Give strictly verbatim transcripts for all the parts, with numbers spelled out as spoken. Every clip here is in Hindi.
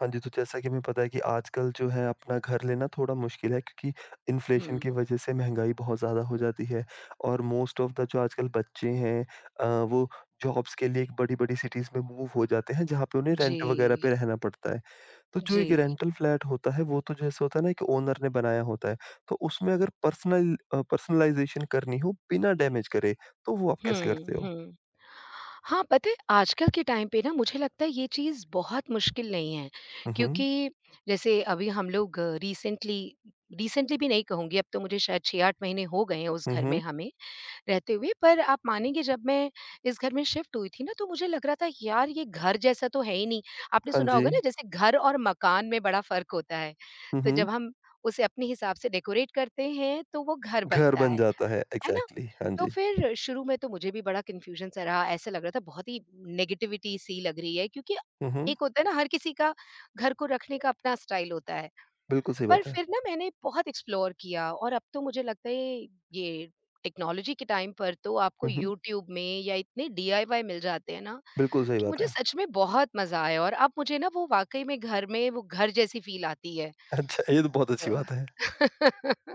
हाँ जी, तो जैसा कि हमें पता है कि आजकल जो है अपना घर लेना थोड़ा मुश्किल है क्योंकि इन्फ्लेशन की हुँ, वज़ह से महँगाई बहुत ज़्यादा हो जाती है और मोस्ट ऑफ़ द जो आजकल बच्चे हैं अ, वो जॉब्स के लिए एक बड़ी-बड़ी सिटीज़ में मूव हो जाते हैं जहाँ पे उन्हें रेंट वग़ैरह जी, पे रहना पड़ता है। तो जो एक जी। रेंटल फ्लैट होता है वो तो जैसे होता है ना एक ओनर ने बनाया होता है। तो उसमें अगर पर्सनल अ, पर्सनलाइज़ेशन करनी हो बिना डैमेज करे तो वो आप कैसे करते हुँ, हो? हुँ। हाँ, पता है, आजकल के टाइम पे ना मुझे लगता है ये चीज़ बहुत मुश्किल नहीं है। हुँ, हुँ। क्योंकि जैसे अभी हम लोग रिसेंटली रिसेंटली भी नहीं कहूँगी, अब तो मुझे शायद छह आठ महीने हो गए हैं उस हुँ, घर में हुँ। हमें रहते हुए। पर आप मानेंगे, जब मैं इस घर में शिफ्ट हुई थी ना, तो मुझे लग रहा था, यार ये घर जैसा तो है ही नहीं। आपने हाँ सुना जी। होगा ना, जैसे घर और मकान में बड़ा फ़र्क होता है। हुँ, तो हुँ। जब हम उसे अपने हिसाब से डेकोरेट करते हैं, तो वो घर घर बनता बन है। जाता है है ना? एग्ज़ैक्टली, हाँ तो जी। फिर शुरू में तो मुझे भी बड़ा कन्फ्यूज़न सा रहा, ऐसा लग रहा था बहुत ही नेगेटिविटी सी लग रही है। क्योंकि हुँ, हुँ। एक होता है ना, हर किसी का घर को रखने का अपना स्टाइल होता है। बिल्कुल सही पर बात है। फिर ना मैंने बहुत एक्सप्लोर किया, और अब तो मुझे लगता है, ये टेक्नोलॉजी के टाइम पर तो आपको हुँ, हुँ। यूट्यूब में या इतने डी आई वाई मिल जाते हैं ना, बिल्कुल सही कि बात मुझे है। सच में बहुत मज़ा आया, और अब मुझे ना वो वाक़ई में घर में वो घर जैसी फ़ील आती है। अच्छा ये तो बहुत अच्छी तो बात है।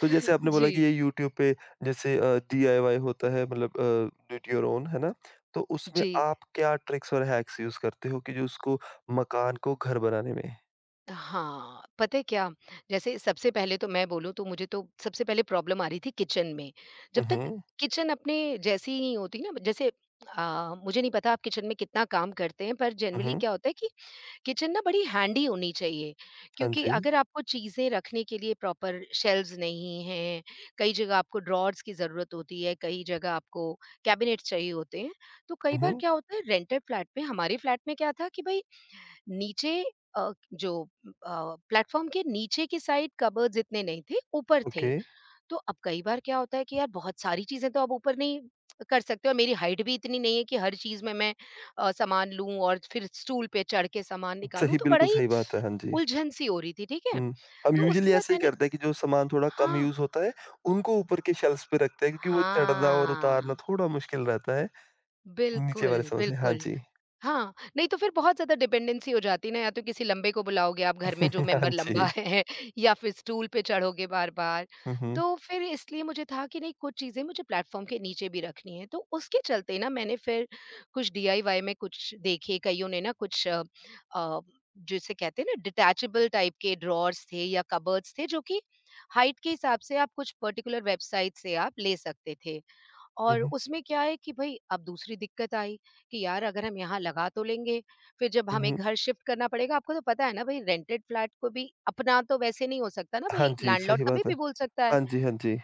तो जैसे आपने बोला कि जी, ये यूट्यूब पे जैसे अ, डीआईवाई होता है मतलब uh, do it your own है ना? तो उसमें जी। आप क्या ट्रिक्स और हैक्स यूज़ करते हो कि जो उसको मकान को घर बनाने में? हाँ, पता है क्या? जैसे सबसे पहले तो मैं बोलूँ, तो मुझे तो सबसे पहले प्रॉब्लम आ रही थी किचन में। जब हुँ, तक हुँ। किचन अपने जैसी ही नहीं होती ना, जैसे अ, मुझे नहीं पता आप किचन में कितना काम करते हैं, पर हुँ, जनरली हुँ। क्या होता है कि किचन ना बड़ी हैंडी होनी चाहिए। हाँ क्योंकि जी। अगर आपको चीज़ें रखने के लिए प्रॉपर शेल्व्स नहीं हैं, कई जगह आपको ड्रॉर्स की ज़रूरत होती है, कई जगह आपको कैबिनेट चाहिए होते हैं। तो कई हुँ, बार हुँ। क्या होता है, रेंटेड फ्लैट में हमारे फ्लैट में क्या था कि भई नीचे अ, जो अ, प्लेटफ़ॉर्म के नीचे की साइड कबर्ड्स इतने नहीं थे, ऊपर थे। ओके। तो अब कई बार क्या होता है कि यार बहुत सारी चीज़ें तो आप ऊपर नहीं कर सकते, और मेरी हाइट भी इतनी नहीं है कि हर चीज़ में मैं अ, सामान लूँ और फिर स्टूल पे चढ़ के सामान निकालूँ, सही तो बड़ा बिल्कुल ही सही बात है। हाँ जी। उलझन-सी हो रही थी, ठीक है? हुँ। हम तो उसके यूजुअली बाद ऐसे ही मैंने, करते हैं कि जो सामान थोड़ा कम हाँ, यूज़ होता है, उनको ऊपर के शेल्व्स पे रखते हैं क्योंकि वो चढ़ना और उतारना हाँ। थोड़ा मुश्किल रहता है, नीचे वाले बिल्कुल, समोसे। हाँ बिल्कुल। जी। हाँ, नहीं तो फिर बहुत ज़्यादा डिपेंडेंसी हो जाती है ना, या तो किसी लम्बे को बुलाओगे आप घर में, जो हाँ मेंबर लम्बा जी। है, या फिर स्टूल पे चढ़ोगे बार-बार। हुँ, हुँ। तो फिर इसलिए मुझे था कि नहीं, कुछ चीज़ें मुझे प्लेटफ़ॉर्म के नीचे भी रखनी है। तो उसके चलते ना मैंने फिर कुछ डीआईवाई में कुछ देखे, कईयों ने ना कुछ अ अ, जिसे कहते हैं ना, डिटैचेबल टाइप के ड्रॉवर्स थे या कबर्ड्स थे, जो कि हाइट के हिसाब से आप कुछ पर्टिकुलर वेबसाइट से आप ले सकते थे। हुँ, और हुँ। उसमें क्या है कि भई अब दूसरी दिक्कत आई, कि यार अगर हम यहाँ लगा तो लेंगे, फिर जब हुँ, हमें हुँ। घर शिफ्ट करना पड़ेगा, आपको तो पता है ना भई रेंटेड फ्लैट को भी अपना तो वैसे नहीं हो सकता ना, हाँ भई जी, लैंडलॉर्ड सही कभी बात है। भी बोल सकता है। हाँ जी, हाँ जी।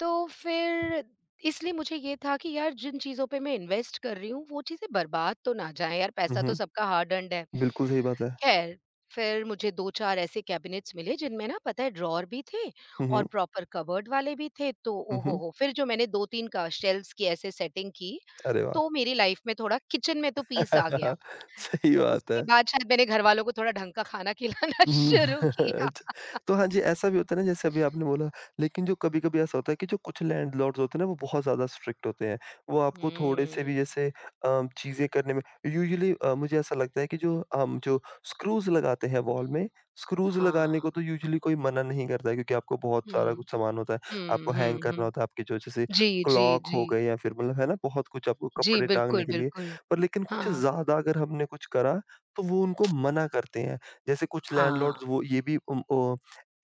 तो फिर इसलिए मुझे ये था कि यार जिन चीज़ों पे मैं इन्वेस्ट कर रही हूँ, वो चीज़ें बर्बाद तो ना जाएँ यार, हुँ, पैसा तो हुँ। सबका हार्ड अर्न्ड है। बिल्कुल सही बात है। खैर, फिर मुझे दो चार ऐसे कैबिनेट्स मिले जिनमें ना, पता है, ड्रॉवर भी थे हुँ, और हुँ। प्रॉपर कबर्ड वाले भी थे। तो हुँ, ओ हो हुँ। हो! फिर जो मैंने दो तीन का शेल्व्स की ऐसे सेटिंग की, अरे वाह! तो मेरी लाइफ में थोड़ा किचन में तो पीस आ गया। सही तो बात है। उसके बाद शायद मैंने घरवालों को थोड़ा ढंग का खाना खिलाना हुँ, शुरू किया। अच्छा। तो हाँ जी, ऐसा भी होता है ना जैसे अभी आपने बोला लेकिन जो कभी-कभी ऐसा होता है कि जो कुछ लैंडलॉर्ड्स होते हैं ना वो बहुत ज़्यादा स्ट्रिक्ट होते हैं। वो आपको थोड़े से भी हुँ। जैसे अ, चीज़ें करने में यूजुअली अ, मुझे ऐसा लगता है कि जो हम जो स्क्रूज़ लगाते हैं वॉल में, स्क्रूज़ हाँ। लगाने को तो यूजुअली कोई मना नहीं करता है क्योंकि आपको बहुत सारा हुँ। कुछ सामान होता है। आपको हुँ, हैंग हुँ, करना हुँ। होता है, आपके जो जैसे जी, जी, क्लॉक हो जी। गए या फिर मतलब है ना बहुत कुछ आपको जी, कपड़े टाँगने बिल्कुल, के लिए। बिल्कुल। पर लेकिन कुछ हाँ, ज़्यादा अगर हमने कुछ करा, तो वो उनको मना करते हैं। जैसे कुछ हाँ। लैंडलॉर्ड्स वो ये भी उम, ओ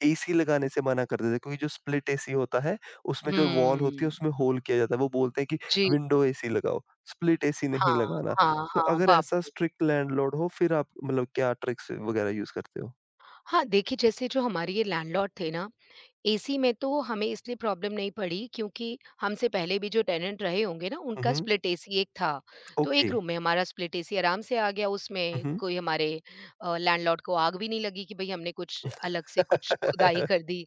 एसी लगाने से मना कर देते हैं क्योंकि जो स्प्लिट एसी होता है, उसमें जो वॉल होती है हुँ। उसमें होल किया जाता है। वो बोलते हैं कि जी। विंडो एसी लगाओ, स्प्लिट एसी नहीं हाँ, लगाना। हाँ, तो हाँ। अगर बाप ऐसा रे! स्ट्रिक्ट लैंडलॉर्ड हो फिर आप मतलब क्या ट्रिक्स वगैरह यूज़ करते हो? हाँ, देखिए, जैसे जो हमारे ये लैंडलॉर्ड थे ना, ए सी में तो हमें इसलिए प्रॉब्लम नहीं पड़ी, क्योंकि हमसे पहले भी जो टेनेंट रहे होंगे ना, हुँ, उनका हुँ। स्प्लिट ए सी एक था। तो एक ओके। रूम में हमारा स्प्लिट ए सी आराम से आ गया, हुँ, उसमें हुँ। कोई हमारे अ, लैंडलॉर्ड को आग भी नहीं लगी कि भई हमने कुछ अलग से कुछ खुदाई कर दी।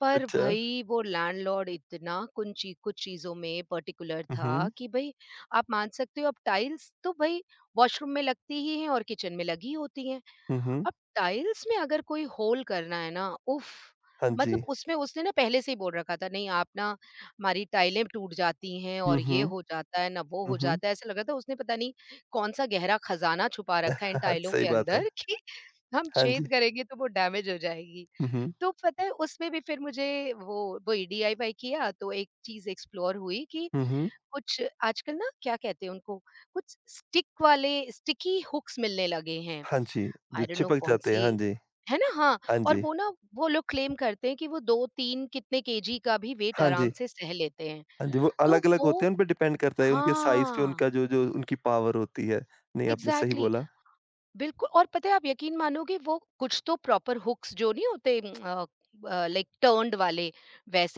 पर अच्छा। भई वो लैंडलॉर्ड इतना कुन ची कुछ चीज़ों में पर्टिकुलर हुँ, था हुँ। कि भई आप मान सकते हो, अब टाइल्स तो भई वॉशरूम में लगती ही हैं और किचन में लगी होती हैं। हुँ, हुँ। अब टाइल्स में अगर कोई होल करना है ना, उफ़! हाँ जी। मतलब उसमें उसने ना पहले से ही बोल रखा था, "नहीं, आप ना हमारी टाइलें टूट जाती हैं और हुँ, ये हुँ। हो जाता है, ना वो हुँ, हो हुँ। जाता है।" ऐसा लग रहा था उसने पता नहीं कौन-सा गहरा खज़ाना छुपा रखा है इन टाइलों सही के बात है। अंदर, कि हम हाँ जी। छेद करेंगे तो वो डैमेज हो जाएगी। हुँ, हुँ। तो पता है, उसमें भी फिर मुझे वो वो ही डी आई वाई किया, तो एक चीज़ एक्सप्लोर हुई कि हुँ, हुँ। कुछ आजकल ना, क्या कहते हैं उनको, कुछ स्टिक वाले स्टिकी हुक्स मिलने लगे हैं। हाँ जी, जो आई डोंट नो चिपक जाते कौन-सी, हैं। हाँ जी। है ना? हाँ, हाँ और जी। वो ना, वो लोग क्लेम करते हैं कि वो दो तीन कितने के जी का भी वेट हाँ आराम जी। से सह लेते हैं। हाँ जी, वो तो अलग-अलग होते वो, हैं, उन पे डिपेंड करता है, उनके साइज़ पे हाँ, उनका जो जो उनकी पावर होती है। नहीं, आपने सही एग्ज़ैक्टली। बोला। बिल्कुल, और पता है आप यकीन मानोगे, वो कुछ तो प्रॉपर हुक्स जो नहीं होते, लाइक टर्न्ड वाले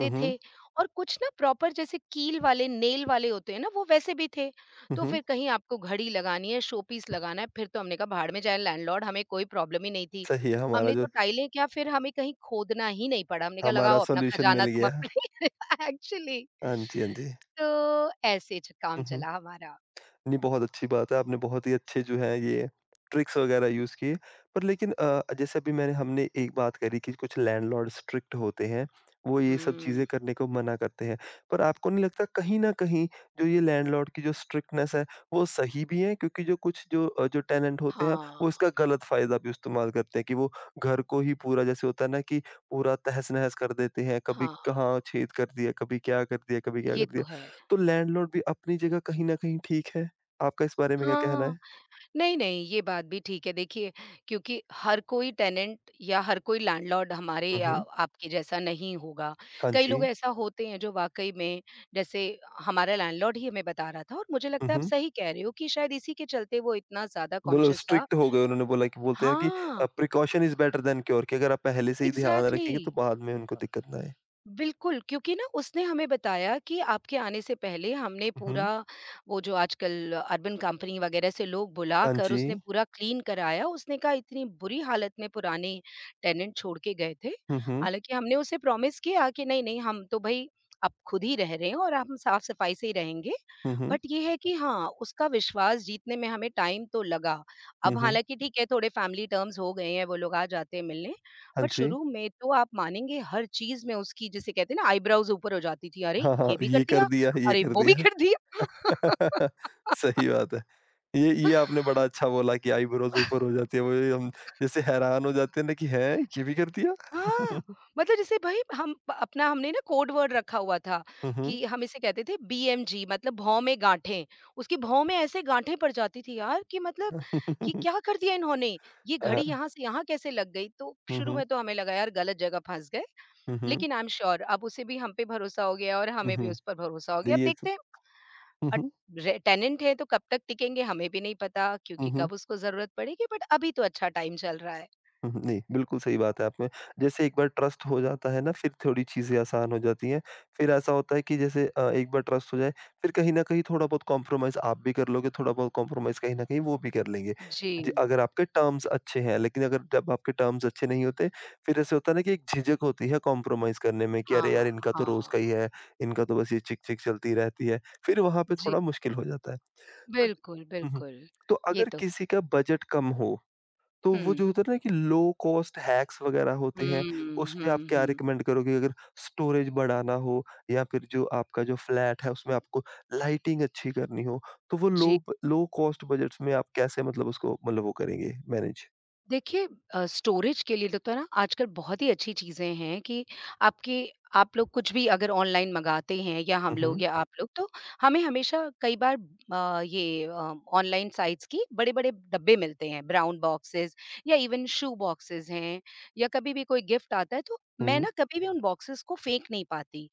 हुँ, हुँ। थे, और कुछ ना प्रॉपर जैसे कील वाले नेल वाले होते हैं ना, वो वैसे भी थे। हुँ, तो हुँ। फिर कहीं आपको घड़ी लगानी है, शो पीस लगाना है, फिर तो हमने कहा भाड़ में जाए लैंडलॉर्ड, हमें कोई प्रॉब्लम ही नहीं थी। सही है हमारा हमने तो जो टाइलें क्या, फिर हमें कहीं खोदना ही नहीं पड़ा, हमने कहा हमारा लगाओ अपना सॉल्यूशन खजाना मिल तुम गया। अपने, एक्चुअली। हाँ जी, हाँ जी। तो ऐसे च- काम हुँ, हुँ। चला हमारा। नहीं बहुत अच्छी बात है, आपने बहुत ही अच्छे जो है ये ट्रिक्स वगैरह यूज़ किए। पर लेकिन अ, जैसे अभी मैंने हमने एक बात करी कि कुछ लैंडलॉर्ड स्ट्रिक्ट होते हैं, वो ये सब हम्म, चीज़ें करने को मना करते हैं। पर आपको नहीं लगता कहीं न कहीं जो ये लैंडलॉर्ड की जो स्ट्रिक्टनेस है, वो सही भी है? क्योंकि जो कुछ जो अ, जो टेनेंट होते हैं, हाँ, वो इसका गलत फ़ायदा भी इस्तेमाल करते हैं कि वो घर को ही पूरा जैसे होता है ना कि पूरा तहस-नहस कर देते हैं, कभी हाँ। कहाँ छेद कर दिया, कभी क्या कर दिया, कभी क्या ये कर तो दिया। है। तो लैंडलॉर्ड भी अपनी जगह कहीं न कहीं ठीक है। आपका इस बारे में क्या कहना हाँ, है? नहीं, नहीं, ये बात भी ठीक है। देखिए, क्योंकि हर कोई टेनेंट या हर कोई लैंडलॉर्ड हमारे हुँ, या हुँ। आपके जैसा नहीं होगा। हाँ कई लोग जी। ऐसा होते हैं जो वाक़ई में, जैसे हमारा लैंडलॉर्ड ही हमें बता रहा था, और मुझे हुँ, लगता है आप हुँ। सही कह रहे हो कि शायद इसी के चलते वो इतना ज़्यादा बोलो कॉन्शियस था। स्ट्रिक्ट हो गए उन्होंने बोला कि बोलते हैं कि हाँ, uh, precaution is better than cure कि अगर आप पहले से ही ध्यान एग्ज़ैक्टली। रखेंगे तो बाद में उनको दिक्कत ना आए। बिल्कुल, क्योंकि ना उसने हमें बताया कि आपके आने से पहले हमने हुँ, पूरा हुँ। वो जो आजकल अर्बन कंपनी वगैरह से लोग हाँ बुलाकर, जी। उसने पूरा क्लीन कराया। उसने कहा इतनी बुरी हालत में पुराने टेनेंट छोड़ के गए थे। हुँ, हुँ। हालाँकि हमने उसे प्रॉमिस किया कि नहीं-नहीं, हम तो भई अब खुद ही रह रहे हैं और हम साफ-सफाई से ही रहेंगे। हुँ, हुँ। बट ये है कि हाँ, उसका विश्वास जीतने में हमें टाइम तो लगा। हुँ, अब हुँ। हालाँकि ठीक है, थोड़े फैमिली टर्म्स हो गए हैं, वो लोग आ जाते हैं मिलने। हाँ बट जी। शुरू में तो आप मानेंगे, हर चीज़ में उसकी, जिसे कहते हैं ना, आईब्रोज़ ऊपर हो जाती थी, "अरे! हाँ, ये हाँ। भी कर ये कर दिया, दिया, ये अरे कर वो भी कर दिया।" दिया। सही बात है। ये ये आपने बड़ा अच्छा बोला कि आईब्रोज़ ऊपर हो जाती है, वो ये हम जैसे हैरान हो जाते हैं ना कि हैं! ये भी कर दिया? हाँ, मतलब जैसे, भाई हम अपना हमने ना कोड वर्ड रखा हुआ था, हुँ, हुँ। कि हम इसे कहते थे बी एम जी, मतलब भौं में गाँठें। उसकी भौं में ऐसे गाँठें पड़ जाती थी यार, कि मतलब ये क्या कर दिया इन्होंने? ये हाँ, घड़ी हाँ। यहाँ से यहाँ कैसे लग गई? तो हुँ, शुरू हुँ। में तो हमें लगा यार गलत जगह फँस गए, हुँ, हुँ। लेकिन आई एम श्योर अब उसे भी हम पे भरोसा हो गया और हुँ, हमें भी उस पर हुँ। भरोसा हो गया। अब ये सब देखते हैं, हुँ, और हुँ। रे टेनेंट है तो कब तक टिकेंगे हमें भी नहीं पता, हुँ, क्योंकि हुँ। कब उसको ज़रूरत पड़ेगी, बट अभी तो अच्छा टाइम चल रहा है। हुँ, हुँ। नहीं, बिल्कुल सही बात है आप में। जैसे एक बार ट्रस्ट हो जाता है ना, फिर थोड़ी चीज़ें आसान हो जाती हैं। फिर ऐसा होता है कि जैसे अ, एक बार ट्रस्ट हो जाए, फिर कहीं न कहीं थोड़ा बहुत कॉम्प्रोमाइज़ आप भी कर लोगे, थोड़ा बहुत कॉम्प्रोमाइज़ कहीं न कहीं वो भी कर लेंगे। जी। जी, अगर आपके टर्म्स अच्छे हैं, लेकिन अगर जब आपके टर्म्स अच्छे नहीं होते, फिर ऐसे होता है ना कि एक झिझक होती है कॉम्प्रोमाइज़ करने में कि अरे यार! हाँ, इनका तो रोज़ हाँ। का ही है, इनका तो बस ये चिक-चिक चलती रहती है। फिर वहाँ पे जी, थोड़ा मुश्किल हो जाता है। तो बिल्कुल, हुँ, हुँ। बिल्कुल। तो ये अगर तो है। किसी का बजट कम हो तो वो हुँ। जो होता है ना कि लो कॉस्ट हैक्स वगैरह होते हैं, हुँ, उसमें आप हुँ, क्या हुँ। रिकमेंड करोगे अगर स्टोरेज बढ़ाना हो या फिर जो आपका जो फ्लैट है उसमें आपको लाइटिंग अच्छी करनी हो, तो वो जी। लो ब लो कॉस्ट बजट्स में आप कैसे मतलब उसको मतलब वो करेंगे मैनेज? देखिए, अ, स्टोरेज के लिए तो ना आजकल बहुत ही अच्छी चीज़ें हैं, कि आपके आप लोग कुछ भी अगर ऑनलाइन मंगाते हैं, या हम हुँ, लोग हुँ। या आप लोग, तो हमें हमेशा कई बार अ, ये ऑनलाइन साइट्स की बड़े-बड़े डब्बे मिलते हैं, ब्राउन बॉक्सेस या इवन शू बॉक्सेस हैं, या कभी भी कोई गिफ्ट आता है, तो मैं हुँ, ना कभी भी उन बॉक्सेस को फेंक नहीं पाती।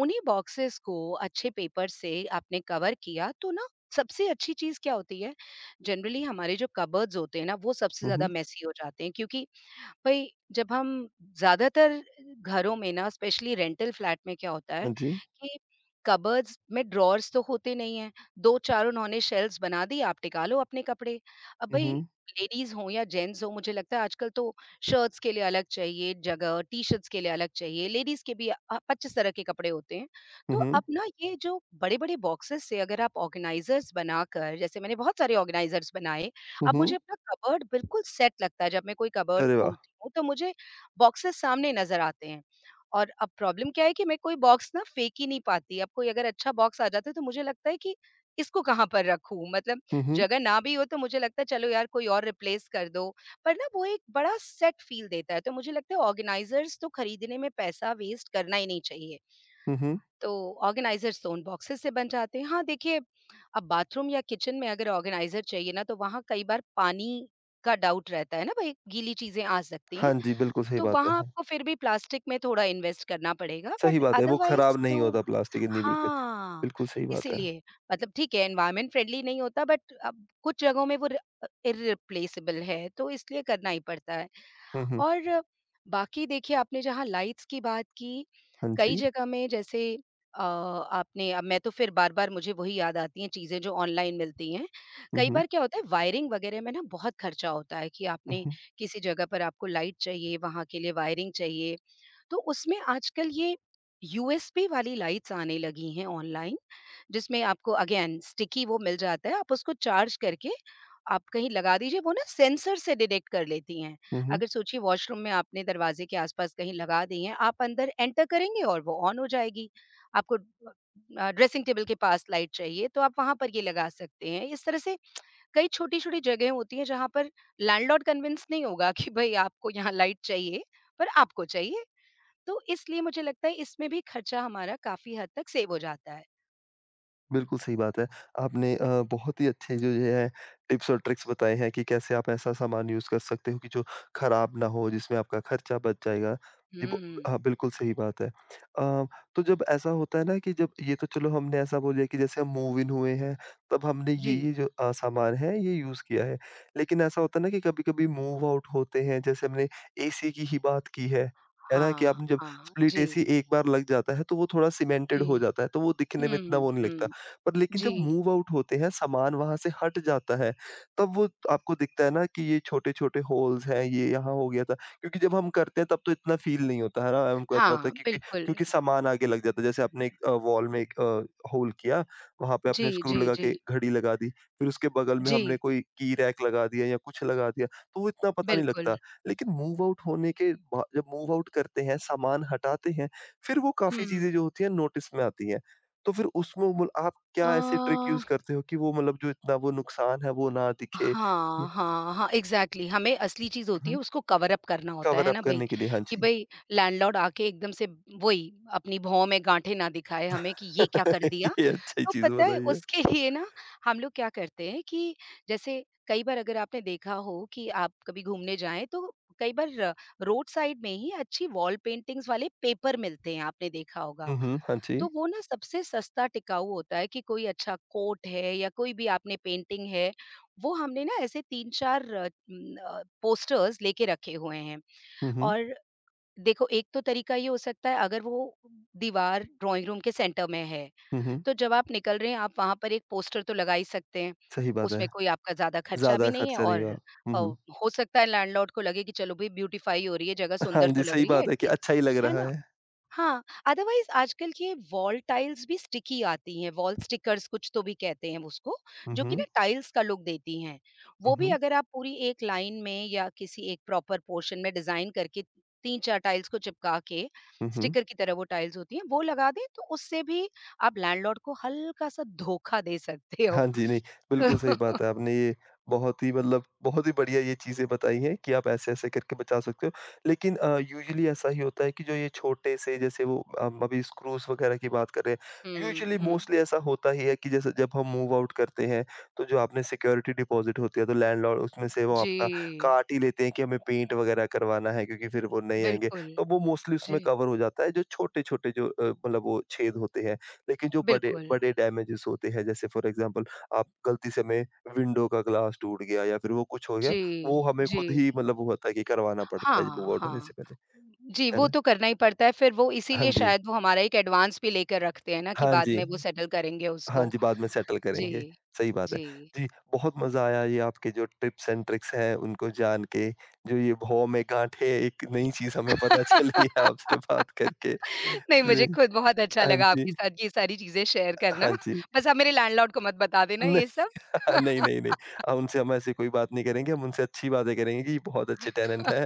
उन्हीं बॉक्सेस को अच्छे पेपर से आपने कवर किया, तो ना सबसे अच्छी चीज़ क्या होती है, जनरली हमारे जो कबर्ड्स होते हैं ना, वो सबसे हुँ, ज़्यादा हुँ। मेसी हो जाते हैं, क्योंकि भाई, जब हम ज़्यादातर घरों में ना, स्पेशली रेंटल फ्लैट में क्या होता है हाँ जी। कि कबर्ड्स में ड्रॉर्स तो होते नहीं हैं, दो चार उन्होंने शेल्व्स बना दी, आप टिका लो अपने कपड़े। अब हुँ, भाई, हुँ। लेडीज़ हों या जेंट्स हों, मुझे लगता है आजकल तो शर्ट्स के लिए अलग चाहिए जगह, टी-शर्ट्स के लिए अलग चाहिए, लेडीज़ के भी अ, पच्चीस तरह के कपड़े होते हैं। हुँ, तो अब हुँ। ना ये जो बड़े-बड़े बॉक्सेस से, अगर आप ऑर्गेनाइज़र्स बनाकर, जैसे मैंने बहुत सारे ऑर्गेनाइज़र्स बनाए, हुँ, अब मुझे हुँ। अपना कबर्ड बिल्कुल सेट लगता है। जब मैं कोई कबर्ड अरे वाह! खोलती हूँ, तो मुझे बॉक्सेस सामने नज़र आते हैं। और अब प्रॉब्लम क्या है कि मैं कोई बॉक्स ना फेंक ही नहीं पाती। अब कोई अगर अच्छा बॉक्स आ जाता है, तो मुझे लगता है कि इसको कहाँ पर रखूँ? मतलब हुँ, हुँ। जगह ना भी हो, तो मुझे लगता है चलो यार कोई और रिप्लेस कर दो, पर ना वो एक बड़ा सेट फ़ील देता है। तो मुझे लगता है ऑर्गेनाइज़र्स तो खरीदने में पैसा वेस्ट करना ही नहीं चाहिए। हुँ, हुँ। तो ऑर्गेनाइज़र स्टोन बॉक्सेस से बन जाते हैं। हाँ, देखिए अब बाथरूम या किचन में अगर ऑर्गेनाइज़र चाहिए ना तो वहाँ कई बार पानी का डाउट रहता है ना भई गीली चीज़ें आ सकती हैं। हाँ जी, बिल्कुल सही तो बात है। वहाँ हाँ, आपको फिर भी प्लास्टिक में थोड़ा इन्वेस्ट करना पड़ेगा सही बट बात है, वो अदरवाइज़ खराब नहीं तो होता प्लास्टिक इतनी बिल्कुल, हाँ, बिल्कुल सही बात है। इसीलिए मतलब ठीक है एनवायरनमेंट फ्रेंडली नहीं होता बट अब कुछ जगहों में वो र अ, इर्रिप्लेसेबल है, तो इसलिए करना ही पड़ता है। हुँ, हुँ। और बाकी देखिए आपने जहाँ लाइट्स की बात की, हाँ कई जी। जगह में जैसे अ, आपने अब मैं तो फिर बार-बार मुझे वही याद आती हैं चीज़ें जो ऑनलाइन मिलती हैं। हुँ, कई हुँ। बार क्या होता है वायरिंग वगैरह में ना बहुत खर्चा होता है कि हुँ, आपने हुँ। किसी जगह पर आपको लाइट चाहिए, वहाँ के लिए वायरिंग चाहिए। तो उसमें आजकल ये यूएसबी वाली लाइट्स आने लगी हैं ऑनलाइन जिसमें आपको अगेन स्टिकी वो मिल जाता है, आप उसको चार्ज करके आप कहीं लगा दीजिए, वो ना सेंसर से डिटेक्ट कर लेती हैं। हुँ, हुँ। अगर सोचिए वॉशरूम में आपने दरवाजे के आसपास कहीं लगा दी हैं, आप अंदर एंटर करेंगे और वो ऑन हो जाएगी। आपको ड्रेसिंग टेबल के पास लाइट चाहिए तो आप वहां पर ये लगा सकते हैं। इस तरह से कई छोटी छोटी जगह होती हैं जहां पर लैंडलॉर्ड कन्विंस नहीं होगा कि भाई आपको यहाँ लाइट चाहिए, पर आपको चाहिए। तो इसलिए मुझे लगता है इसमें भी खर्चा हमारा काफ़ी हद तक सेव हो जाता है। बिल्कुल सही बात है। आपने अ, बहुत ही अच्छे जो ये है टिप्स और ट्रिक्स बताए हैं कि कैसे आप ऐसा सामान यूज़ कर सकते हो कि जो खराब ना हो, जिसमें आपका खर्चा बच जाएगा। जी ब हुँ। हाँ, बिल्कुल सही बात है। अ, तो जब ऐसा होता है ना कि जब ये तो चलो हमने ऐसा बोल दिया कि जैसे हम मूव इन हुए हैं, तब हमने जी। ये-ये जो अ, सामान है ये यूज़ किया है। लेकिन ऐसा होता है ना कि कभी-कभी मूव आउट होते हैं, जैसे हमने एसी की ही बात की है, है ना? कि हाँ, आपने जब हाँ। स्प्लिट जी, एसी एक बार लग जाता है, तो वो थोड़ा सीमेंटेड जी। हो जाता है, तो वो दिखने में इतना हुँ, वो नहीं हुँ। लगता। पर लेकिन जी। जब मूव आउट होते हैं, सामान वहाँ से हट जाता है, तब वो आपको दिखता है ना कि ये छोटे-छोटे होल्स हैं, ये यहाँ हो गया था। क्योंकि जब हम करते हैं तब तो इतना फ़ील नहीं होता है ना, हमको ऐसा होता है हाँ, क्योंकि बिल्कुल। क्योंकि सामान आगे लग जाता है। जैसे आपने एक अ, वॉल में एक अ, होल किया, वहाँ पे जी, आपने स्क्रू जी, लगा जी। के घड़ी लगा दी, फिर उसके बगल में हमने जी, कोई की रैक लगा दिया या कुछ लगा दिया, तो वो इतना पता नहीं बिल्कुल। लगता। लेकिन मूव आउट होने के बा जब मूव आउट करते हैं, सामान हटाते हैं, फिर वो काफ़ी चीज़ें हुँ। जो होती हैं नोटिस में आती हैं। तो फिर उसमें मुल आप अ क्या ऐसी ट्रिक यूज़ करते हो कि वो मतलब जो इतना वो नुकसान है वो ना दिखे? या हाँ, हाँ, हाँ, एग्ज़ैक्टली हमें असली चीज़ होती है हुँ, उसको कवर अप करना होता कवर है ना अप भई, करने के लिए, हाँ कि जी। भई लैंडलॉर्ड आके एकदम से वही अपनी भौं में गाँठें ना दिखाए हमें कि ये क्या कर दिया। ये अच्छी तो चीज़ पता है बताई है। उसके लिए ना हम लोग क्या करते हैं कि जैसे कई बार अगर आपने देखा हो कि आप कभी घूमने जाएँ तो कई बार रोड साइड में ही अच्छी वॉल पेंटिंग्स वाले पेपर मिलते हैं, आपने देखा होगा। हुँ, हुँ, हाँ जी। तो वो ना सबसे सस्ता टिकाऊ होता है कि कोई अच्छा कोट है या कोई भी आपने पेंटिंग है, वो हमने ना ऐसे तीन चार अ, उम, अ, पोस्टर्स लेके रखे हुए हैं। हुँ, हुँ, और देखो एक तो तरीका ये हो सकता है, अगर वो दीवार ड्राइंग रूम के सेंटर में है, हुँ, हुँ, तो जब आप निकल रहे हैं आप वहाँ पर एक पोस्टर तो लगा ही सकते हैं। सही बात है। उसमें कोई आपका ज़्यादा खर्चा ज़्यादा भी नहीं है खर्चा और नहीं हुआ। हुँ, अ, हुँ। हो सकता है लैंडलॉर्ड को लगे कि चलो भई ब्यूटीफाई हो रही है, जगह हाँ सुंदर तो जी, लग सही रही है बात है कि अच्छा एटलीस्ट, ही लग है रहा ना? है। हाँ, अदरवाइज़ आजकल की वॉल टाइल्स भी स्टिकी आती हैं, वॉल स्टिकर्स कुछ तो भी कहते हैं उसको, हुँ, जो कि ना हुँ, टाइल्स का लुक देती हैं। वो हुँ, भी हुँ, अगर आप पूरी एक लाइन में या किसी एक प्रॉपर पोर्शन में डिज़ाइन करके तीन चार टाइल्स को चिपका के, हुँ, हुँ। स्टिकर की तरह वो टाइल्स होती हैं, वो लगा दें तो उससे भी आप लैंडलॉर्ड को हल्का-सा धोखा दे सकते हो। हाँ जी, नहीं, बिल्कुल सही बात है। आपने ये बहुत ही मतलब बहुत ही बढ़िया ये चीज़ें बताई हैं कि आप ऐसे-ऐसे करके बचा सकते हो। लेकिन अ, यूजुअली ऐसा ही होता है कि जो ये छोटे से जैसे वो हम अभी स्क्रूज़ वगैरह की बात कर रहे हैं, हुँ, यूजुअली हुँ। मोस्टली ऐसा होता ही है कि जैसे जब हम मूव आउट करते हैं, तो जो आपने सिक्योरिटी डिपॉज़िट होती है, तो लैंडलॉर्ड उसमें से वो आपका जी, काट ही लेते हैं कि हमें पेंट वगैरह करवाना है क्योंकि फिर वो नहीं आएँगे। बिल्कुल। तो वो मोस्टली उसमें जी, कवर हो जाता है, जो छोटे-छोटे जो अ, मतलब वो छेद होते हैं। लेकिन जो बड़े बिल्कुल। बड़े डैमेजेस होते हैं जैसे फॉर एग्जांपल आप गलती से हमें विंडो का ग्लास टूट गया या फिर वो कुछ हो गया, जी, वो हमें जी। खुद ही मतलब वो होता है कि करवाना पड़ता है हाँ, बुक आउट होने हाँ। से पहले, जी, है वो ना? तो करना ही पड़ता है, फिर वो हाँ इसीलिए जी, शायद वो हमारा एक एडवांस भी लेकर रखते हैं ना कि हाँ बाद जी, में वो सेटल करेंगे हाँ उसको। जी, बाद में सेटल करेंगे। जी, सही बात है। जी। जी, बहुत मज़ा आया ये आपके जो टिप्स एंड ट्रिक्स हैं उनको जान के, जो ये भौं में गाँठें एक नई चीज़ हमें पता चली है आपसे बात करके। नहीं, मुझे जी, खुद बहुत अच्छा हाँ लगा आपके जी, साथ ये सारी चीज़ें शेयर करना। हाँ जी। बस आप मेरे लैंडलॉर्ड को मत बता देना न ये सब। नहीं, नहीं, नहीं। हम उनसे हम ऐसी कोई बात नहीं करेंगे, हम उनसे अच्छी बातें करेंगे कि बहुत अच्छे टैलेंट हैं।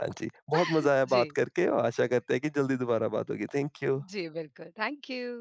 हाँ जी, बहुत मज़ा आया बात जी, करके और आशा करते हैं कि जल्दी दोबारा बात होगी। Thank you. जी बिल्कुल। Thank you.